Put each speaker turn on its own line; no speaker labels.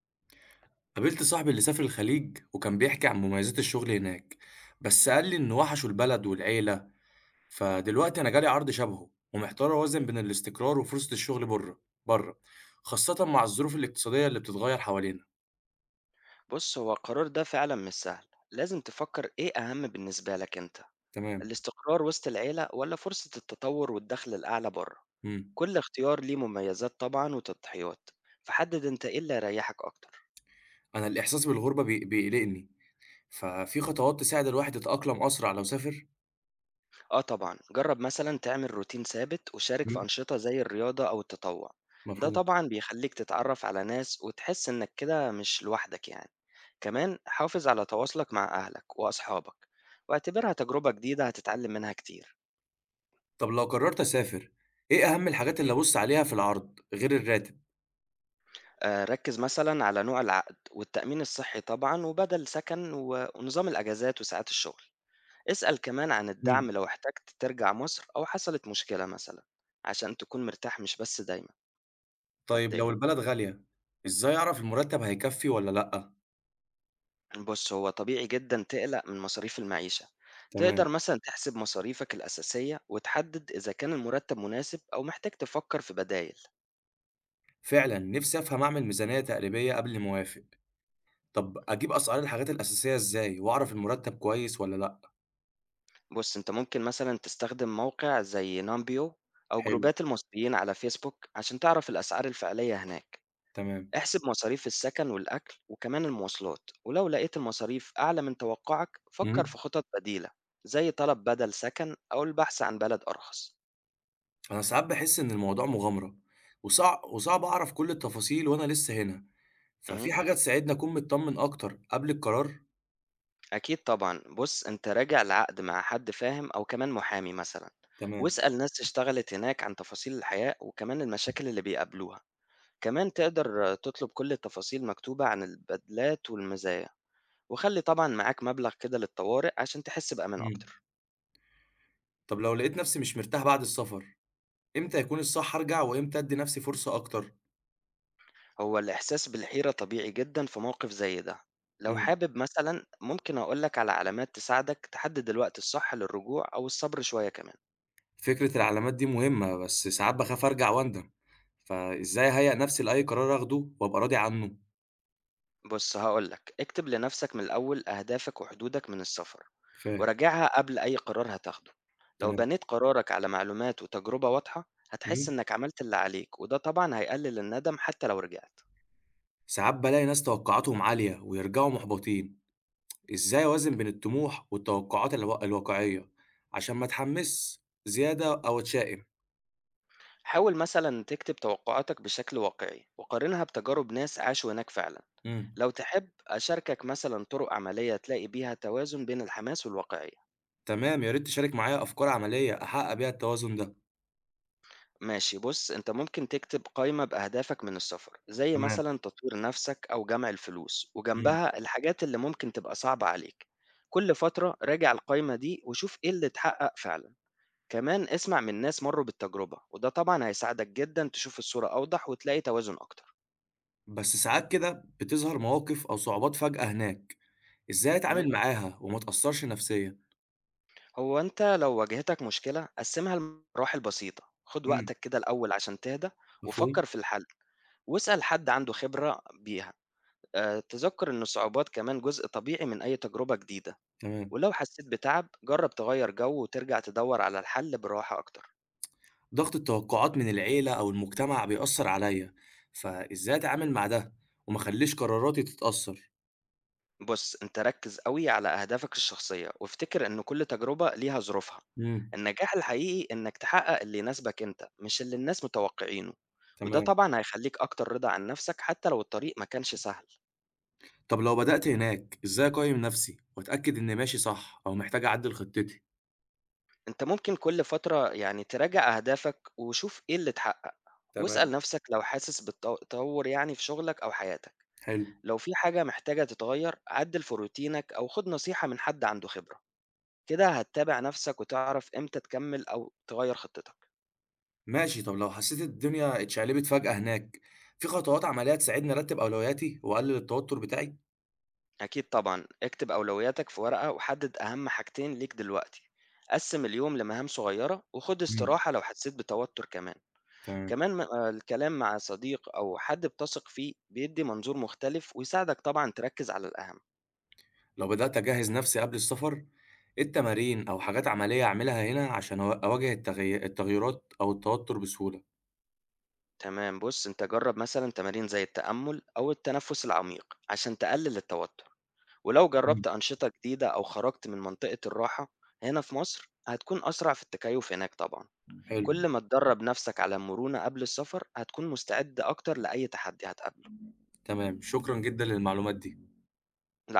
قابلت صاحبي اللي سافر الخليج وكان بيحكي عن مميزات الشغل هناك، بس قال لي إن وحشوا البلد والعيلة. فدلوقتي أنا جالي عرض شبهه ومحتار أوازن بين الاستقرار وفرصة الشغل بره بره، خاصة مع الظروف الاقتصادية اللي بتتغير حوالينا.
بُص، هو القرار ده فعلًا مش سهل، لازم تفكّر إيه أهم بالنسبة لك أنت،
تمام.
الاستقرار وسط العيلة والّا فرصة التطوّر والدخل الأعلى برّه؟
مم.
كل اختيار ليه مميزات طبعًا وتضحيات، فحدد أنت إيه اللي هيريّحك أكتر.
أنا الإحساس بالغربة بيقلقني، ففي خطوات تساعد الواحد يتأقلم أسرع لو سافر؟
آه طبعًا، جرّب مثلًا تعمل روتين ثابت وشارك في
مم.
أنشطة زي الرياضة أو التطوّع، ده
مفهوم.
طبعًا بيخلّيك تتعرّف على ناس وتحس إنك كده مش لوحدك يعني. كمان حافظ على تواصلك مع أهلك وأصحابك، واعتبرها تجربة جديدة هتتعلّم منها كتير.
طب لو قررت أسافر، إيه أهم الحاجات اللي أبص عليها في العرض غير الراتب؟
ركّز مثلًا على نوع العقد، والتأمين الصحّي طبعًا، وبَدَل سكن و ونظام الأجازات وساعات الشغل. اسأل كمان عن
مم.
الدعم لو احتجت ترجع مصر أو حصلت مشكلة مثلًا، عشان تكون مرتاح مش بس دايمًا
طيب لو
ماديًا.
البلد غالية، إزاي أعرف المرتب هيكفّي والّا لأ؟
بُص، هو طبيعي جدًا تقلق من مصاريف المعيشة.
تمام.
تقدر مثلًا تحسب مصاريفك الأساسية وتحدد إذا كان المرتب مناسب أو محتاج تفكّر في بدايل.
فعلًا نفسي أفهم أعمل ميزانية تقريبية قبل ما أوافق. طب أجيب أسعار الحاجات الأساسية إزاي وأعرف المرتب كويس والّا لأ؟
بُص، أنت ممكن مثلًا تستخدم موقع زي نامبيو أو
حلو،
جروبات المصريين على فيسبوك عشان تعرف الأسعار الفعلية هناك.
تمام.
احسب مصاريف السكن والأكل وكمان المواصلات، ولو لقيت المصاريف أعلى من توقعك فكر
إمم.
في خطط بديلة زي طلب بدل سكن أو البحث عن بلد أرخص
أنا ساعات باحس إن الموضوع مغامرة وصع وصعب أعرف كل التفاصيل وأنا لسه هنا،
مه.
ففي حاجة تساعدني أكون متطمن أكتر قبل القرار؟
أكيد طبعا، بص أنت راجع العقد مع حد فاهم أو كمان محامي مثلا،
تمام.
واسأل ناس اشتغلت هناك عن تفاصيل الحياة وكمان المشاكل اللي بيقابلوها. كمان تقدر تطلب كل التفاصيل مكتوبة عن البدلات والمزايا، وخلي طبعا معاك مبلغ كده للطوارئ عشان تحس بأمان
إمم.
أكتر.
طب لو لقيت نفسي مش مرتاح بعد السفر، إمتى يكون الصح أرجع وإمتى أدّي نفسي فرصة أكتر؟
هو الإحساس بالحيرة طبيعي جدًا في موقف زي ده، لو
إمم.
حابب مثلًا ممكن أقول لك على علامات تساعدك تحدد الوقت الصح للرجوع أو الصبر شوية كمان.
فكرة العلامات دي مهمة، بس ساعات باخاف أرجع وأندم، فإزاي أهيأ نفسي لأي قرار آخده وأبقى راضي عنه؟
بُص هاقول لك، اكتب لنفسك من الأول أهدافك وحدودك من السفر،
فاهم.
وراجعها قبل أي قرار هتاخده، لو
تمام.
بنيت قرارك على معلومات وتجربة واضحة، هتحس
إمم.
إنك عملت اللي عليك وده طبعًا هيقلل الندم حتى لو رجعت.
ساعات بالاقي ناس توقعاتهم عالية ويرجعوا محبطين، إزاي أوازن بين الطموح والتوقعات الواقعية عشان ما أتحمسش زيادة أو أتشائم؟
حاول مثلًا تكتب توقعاتك بشكل واقعي وقارنها بتجارب ناس عاشوا هناك فعلًا.
إمم.
لو تحب أشاركك مثلا طرق عملية تلاقي بيها توازن بين الحماس والواقعية.
تمام، يا ريت تشارك معايا أفكار عملية أحقق بيها التوازن ده.
ماشي، بص انت ممكن تكتب قائمة بأهدافك من السفر زي
تمام.
مثلا تطوير نفسك أو جمع الفلوس،
إمم.
وجنبها الحاجات اللي ممكن تبقى صعبة عليك. كل فترة راجع القائمة دي وشوف ايه اللي اتحقق فعلا. كمان اسمع من ناس مروا بالتجربة، وده طبعا هيساعدك جدا تشوف الصورة أوضح وتلاقي توازن أكتر.
بس ساعات كده بتظهر مواقف أو صعوبات فجأة هناك، إزاي
مهم.
أتعامل معاها وما أتأثرش نفسيًا؟
هو انت لو واجهتك مشكلة قسمها لمراحل بسيطة، خد
إمم،
وقتك كده الأول عشان تهدى
مفهوم.
وفكر في الحل، واسأل حد عنده خبرة بيها. تذكر إن الصعوبات كمان جزء طبيعي من أي تجربة جديدة،
تمام.
ولو حسيت بتعب جرب تغير جو وترجع تدور على الحل براحة أكتر.
ضغط التوقعات من العيلة أو المجتمع بيأثر عليا، فإزاي أتعامل مع ده وما أخليش قراراتي تتأثر؟
بص أنت ركز قوي على أهدافك الشخصية، وافتكر إن كل تجربة ليها ظروفها.
إمم.
النجاح الحقيقي إنك تحقق اللي يناسبك أنت مش اللي الناس متوقعينه، وده
تمام.
طبعا هيخليك أكتر رضا عن نفسك حتى لو الطريق ما كانش سهل.
طب لو بدأت هناك، إزاي أقيم نفسي وأتأكد إني ماشي صح أو محتاج أعدل خطتي؟
أنت ممكن كل فترة يعني تراجع أهدافك وشوف إيه اللي اتحقق، واسأل
تمام.
نفسك لو حاسس بالتطور يعني في شغلك أو حياتك.
حلو.
لو في حاجة محتاجة تتغير عدل في روتينك أو خد نصيحة من حد عنده خبرة، كده هتتابع نفسك وتعرف إمتى تكمل أو تغير خطتك.
ماشي، طب لو حسيت الدنيا اتشقلبت فجأة هناك، في خطوات عملية تساعدني أرتب أولوياتي وأقلل التوتر بتاعي؟
أكيد طبعا، اكتب أولوياتك في ورقة وحدد أهم حاجتين ليك دلوقتي. قسم اليوم لمهام صغيرة وخد
إمم.
استراحة لو حسيت بتوتر. كمان
تمام.
الكلام مع صديق أو حد بتثق فيه بيدي منظور مختلف ويساعدك طبعا تركز على الأهم.
لو بدأت أجهّز نفسي قبل السفر، إيه التمارين أو حاجات عملية أعملها هنا عشان أو أواجه التغيرات أو التوتر بسهولة؟
تمام، بص انت جرب مثلا تمارين زي التأمل أو التنفس العميق عشان تقلل التوتر، ولو
إمم.
جربت أنشطة جديدة أو خرجت من منطقة الراحة هنا في مصر هتكون أسرع في التكيف هناك طبعا.
حلو.
كل ما تدرب نفسك على المرونة قبل السفر هتكون مستعد أكتر لأي تحدي هتقابله.
تمام، شكرًا جدًا للمعلومات دي.